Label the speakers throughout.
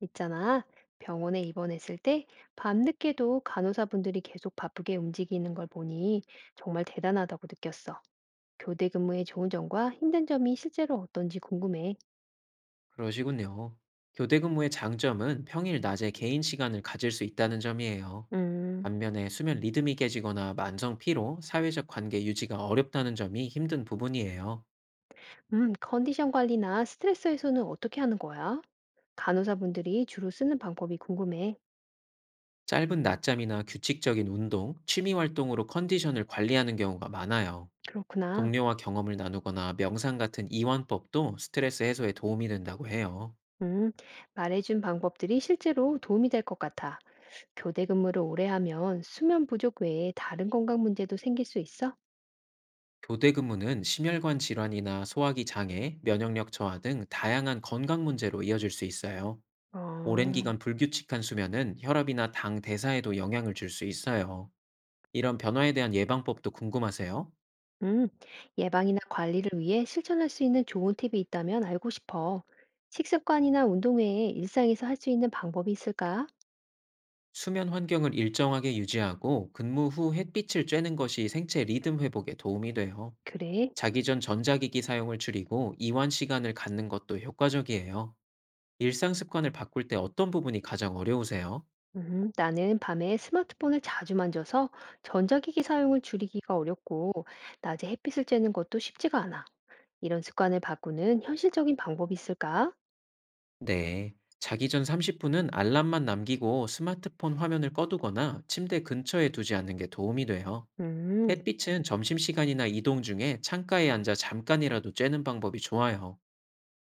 Speaker 1: 있잖아. 병원에 입원했을 때 밤늦게도 간호사분들이 계속 바쁘게 움직이는 걸 보니 정말 대단하다고 느꼈어. 교대 근무의 좋은 점과 힘든 점이 실제로 어떤지 궁금해.
Speaker 2: 그러시군요. 교대 근무의 장점은 평일 낮에 개인 시간을 가질 수 있다는 점이에요.
Speaker 1: 음,
Speaker 2: 반면에 수면 리듬이 깨지거나 만성 피로, 사회적 관계 유지가 어렵다는 점이 힘든 부분이에요.
Speaker 1: 컨디션 관리나 스트레스 해소는 어떻게 하는 거야? 간호사분들이 주로 쓰는 방법이 궁금해.
Speaker 2: 짧은 낮잠이나 규칙적인 운동, 취미 활동으로 컨디션을 관리하는 경우가 많아요.
Speaker 1: 그렇구나.
Speaker 2: 동료와 경험을 나누거나 명상 같은 이완법도 스트레스 해소에 도움이 된다고 해요.
Speaker 1: 음, 말해준 방법들이 실제로 도움이 될 것 같아. 교대 근무를 오래 하면 수면 부족 외에 다른 건강 문제도 생길 수 있어?
Speaker 2: 교대 근무는 심혈관 질환이나 소화기 장애, 면역력 저하 등 다양한 건강 문제로 이어질 수 있어요. 오랜
Speaker 1: 어.
Speaker 2: 기간 불규칙한 수면은 혈압이나 당 대사에도 영향을 줄 수 있어요. 이런 변화에 대한 예방법도 궁금하세요?
Speaker 1: 음, 예방이나 관리를 위해 실천할 수 있는 좋은 팁이 있다면 알고 싶어. 식습관이나 운동 외에 일상에서 할 수 있는 방법이 있을까?
Speaker 2: 수면 환경을 일정하게 유지하고 근무 후 햇빛을 쬐는 것이 생체 리듬 회복에 도움이 돼요.
Speaker 1: 그래.
Speaker 2: 자기 전 전자기기 사용을 줄이고 이완 시간을 갖는 것도 효과적이에요. 일상 습관을 바꿀 때 어떤 부분이 가장 어려우세요?
Speaker 1: 나는 밤에 스마트폰을 자주 만져서 전자기기 사용을 줄이기가 어렵고, 낮에 햇빛을 쬐는 것도 쉽지가 않아. 이런 습관을 바꾸는 현실적인 방법이 있을까?
Speaker 2: 네. 자기 전 30분은 알람만 남기고 스마트폰 화면을 꺼두거나 침대 근처에 두지 않는 게 도움이 돼요.
Speaker 1: 음.
Speaker 2: 햇빛은 점심시간이나 이동 중에 창가에 앉아 잠깐이라도 쬐는 방법이 좋아요.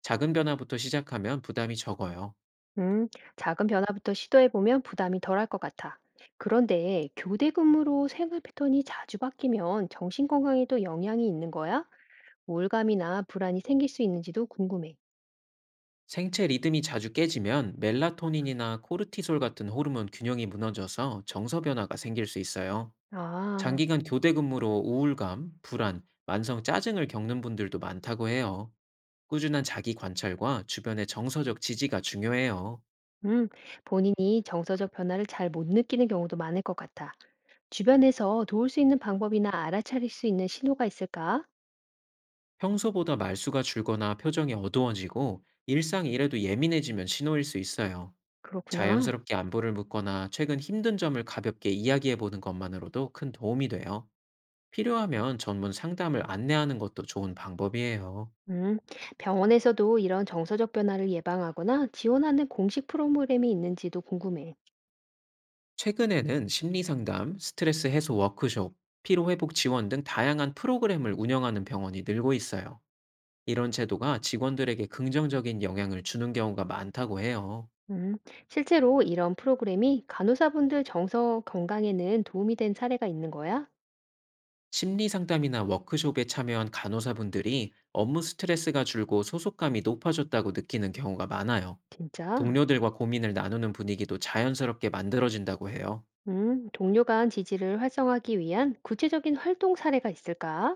Speaker 2: 작은 변화부터 시작하면 부담이 적어요.
Speaker 1: 음, 작은 변화부터 시도해보면 부담이 덜할 것 같아. 그런데 교대 근무로 생활 패턴이 자주 바뀌면 정신 건강에도 영향이 있는 거야? 우울감이나 불안이 생길 수 있는지도 궁금해.
Speaker 2: 생체 리듬이 자주 깨지면 멜라토닌이나 코르티솔 같은 호르몬 균형이 무너져서 정서 변화가 생길 수 있어요.
Speaker 1: 아,
Speaker 2: 장기간 교대 근무로 우울감, 불안, 만성 짜증을 겪는 분들도 많다고 해요. 꾸준한 자기 관찰과 주변의 정서적 지지가 중요해요.
Speaker 1: 음, 본인이 정서적 변화를 잘 못 느끼는 경우도 많을 것 같아. 주변에서 도울 수 있는 방법이나 알아차릴 수 있는 신호가 있을까?
Speaker 2: 평소보다 말수가 줄거나 표정이 어두워지고 일상 일에도 예민해지면 신호일 수 있어요.
Speaker 1: 그렇구나.
Speaker 2: 자연스럽게 안부를 묻거나 최근 힘든 점을 가볍게 이야기해 보는 것만으로도 큰 도움이 돼요. 필요하면 전문 상담을 안내하는 것도 좋은 방법이에요.
Speaker 1: 음, 병원에서도 이런 정서적 변화를 예방하거나 지원하는 공식 프로그램이 있는지도 궁금해.
Speaker 2: 최근에는 심리 상담, 스트레스 해소 워크숍, 피로 회복 지원 등 다양한 프로그램을 운영하는 병원이 늘고 있어요. 이런 제도가 직원들에게 긍정적인 영향을 주는 경우가 많다고 해요.
Speaker 1: 음, 실제로 이런 프로그램이 간호사분들 정서 건강에는 도움이 된 사례가 있는 거야?
Speaker 2: 심리 상담이나 워크숍에 참여한 간호사분들이 업무 스트레스가 줄고 소속감이 높아졌다고 느끼는 경우가 많아요.
Speaker 1: 진짜?
Speaker 2: 동료들과 고민을 나누는 분위기도 자연스럽게 만들어진다고 해요.
Speaker 1: 동료 간 지지를 활성화하기 위한 구체적인 활동 사례가 있을까?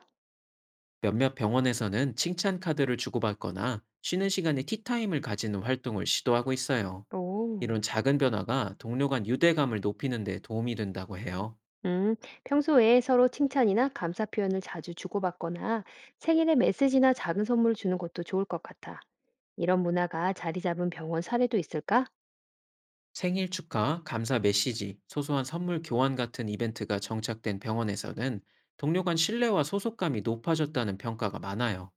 Speaker 2: 몇몇 병원에서는 칭찬 카드를 주고받거나 쉬는 시간에 티타임을 가지는 활동을 시도하고 있어요.
Speaker 1: 오.
Speaker 2: 이런 작은 변화가 동료 간 유대감을 높이는 데 도움이 된다고 해요.
Speaker 1: 음, 평소에 서로 칭찬이나 감사 표현을 자주 주고받거나 생일에 메시지나 작은 선물을 주는 것도 좋을 것 같아. 이런 문화가 자리 잡은 병원 사례도 있을까?
Speaker 2: 생일 축하, 감사 메시지, 소소한 선물 교환 같은 이벤트가 정착된 병원에서는 동료 간 신뢰와 소속감이 높아졌다는 평가가 많아요.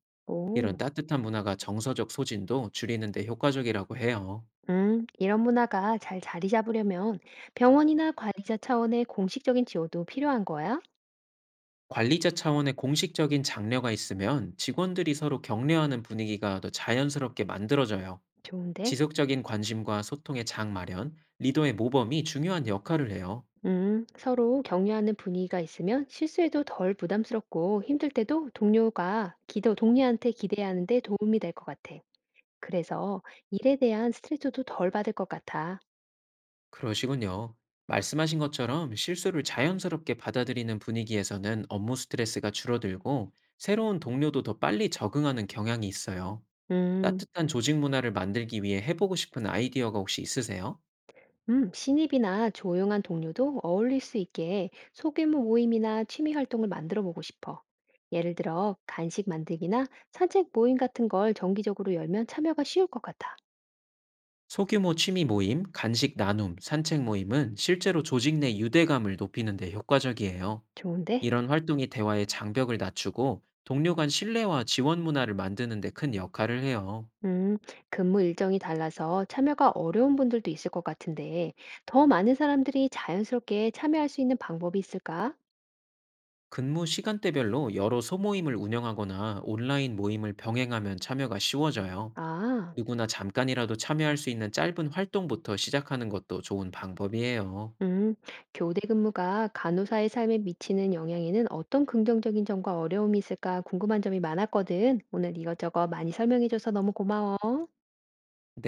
Speaker 2: 이런
Speaker 1: 오.
Speaker 2: 따뜻한 문화가 정서적 소진도 줄이는 데 효과적이라고 해요.
Speaker 1: 이런 문화가 잘 자리 잡으려면 병원이나 관리자 차원의 공식적인 지원도 필요한 거야?
Speaker 2: 관리자 차원의 공식적인 장려가 있으면 직원들이 서로 격려하는 분위기가 더 자연스럽게 만들어져요.
Speaker 1: 좋은데?
Speaker 2: 지속적인 관심과 소통의 장 마련, 리더의 모범이 중요한 역할을 해요.
Speaker 1: 서로 격려하는 분위기가 있으면 실수해도 덜 부담스럽고 힘들 때도 동료한테 기대하는 데 도움이 될 것 같아. 그래서 일에 대한 스트레스도 덜 받을 것 같아.
Speaker 2: 그러시군요. 말씀하신 것처럼 실수를 자연스럽게 받아들이는 분위기에서는 업무 스트레스가 줄어들고 새로운 동료도 더 빨리 적응하는 경향이 있어요.
Speaker 1: 음.
Speaker 2: 따뜻한 조직 문화를 만들기 위해 해보고 싶은 아이디어가 혹시 있으세요?
Speaker 1: 신입이나 조용한 동료도 어울릴 수 있게 소규모 모임이나 취미 활동을 만들어 보고 싶어. 예를 들어, 간식 만들기나 산책 모임 같은 걸 정기적으로 열면 참여가 쉬울 것 같아.
Speaker 2: 소규모 취미 모임, 간식 나눔, 산책 모임은 실제로 조직 내 유대감을 높이는 데 효과적이에요.
Speaker 1: 좋은데?
Speaker 2: 이런 활동이 대화의 장벽을 낮추고 동료 간 신뢰와 지원 문화를 만드는 데 큰 역할을 해요.
Speaker 1: 음, 근무 일정이 달라서 참여가 어려운 분들도 있을 것 같은데, 더 많은 사람들이 자연스럽게 참여할 수 있는 방법이 있을까?
Speaker 2: 근무 시간대별로 여러 소모임을 운영하거나 온라인 모임을 병행하면 참여가 쉬워져요.
Speaker 1: 아.
Speaker 2: 누구나 잠깐이라도 참여할 수 있는 짧은 활동부터 시작하는 것도 좋은 방법이에요.
Speaker 1: 음, 교대 근무가 간호사의 삶에 미치는 영향에는 어떤 긍정적인 점과 어려움이 있을까 궁금한 점이 많았거든. 오늘 이것저것 많이 설명해줘서 너무 고마워.
Speaker 2: 네.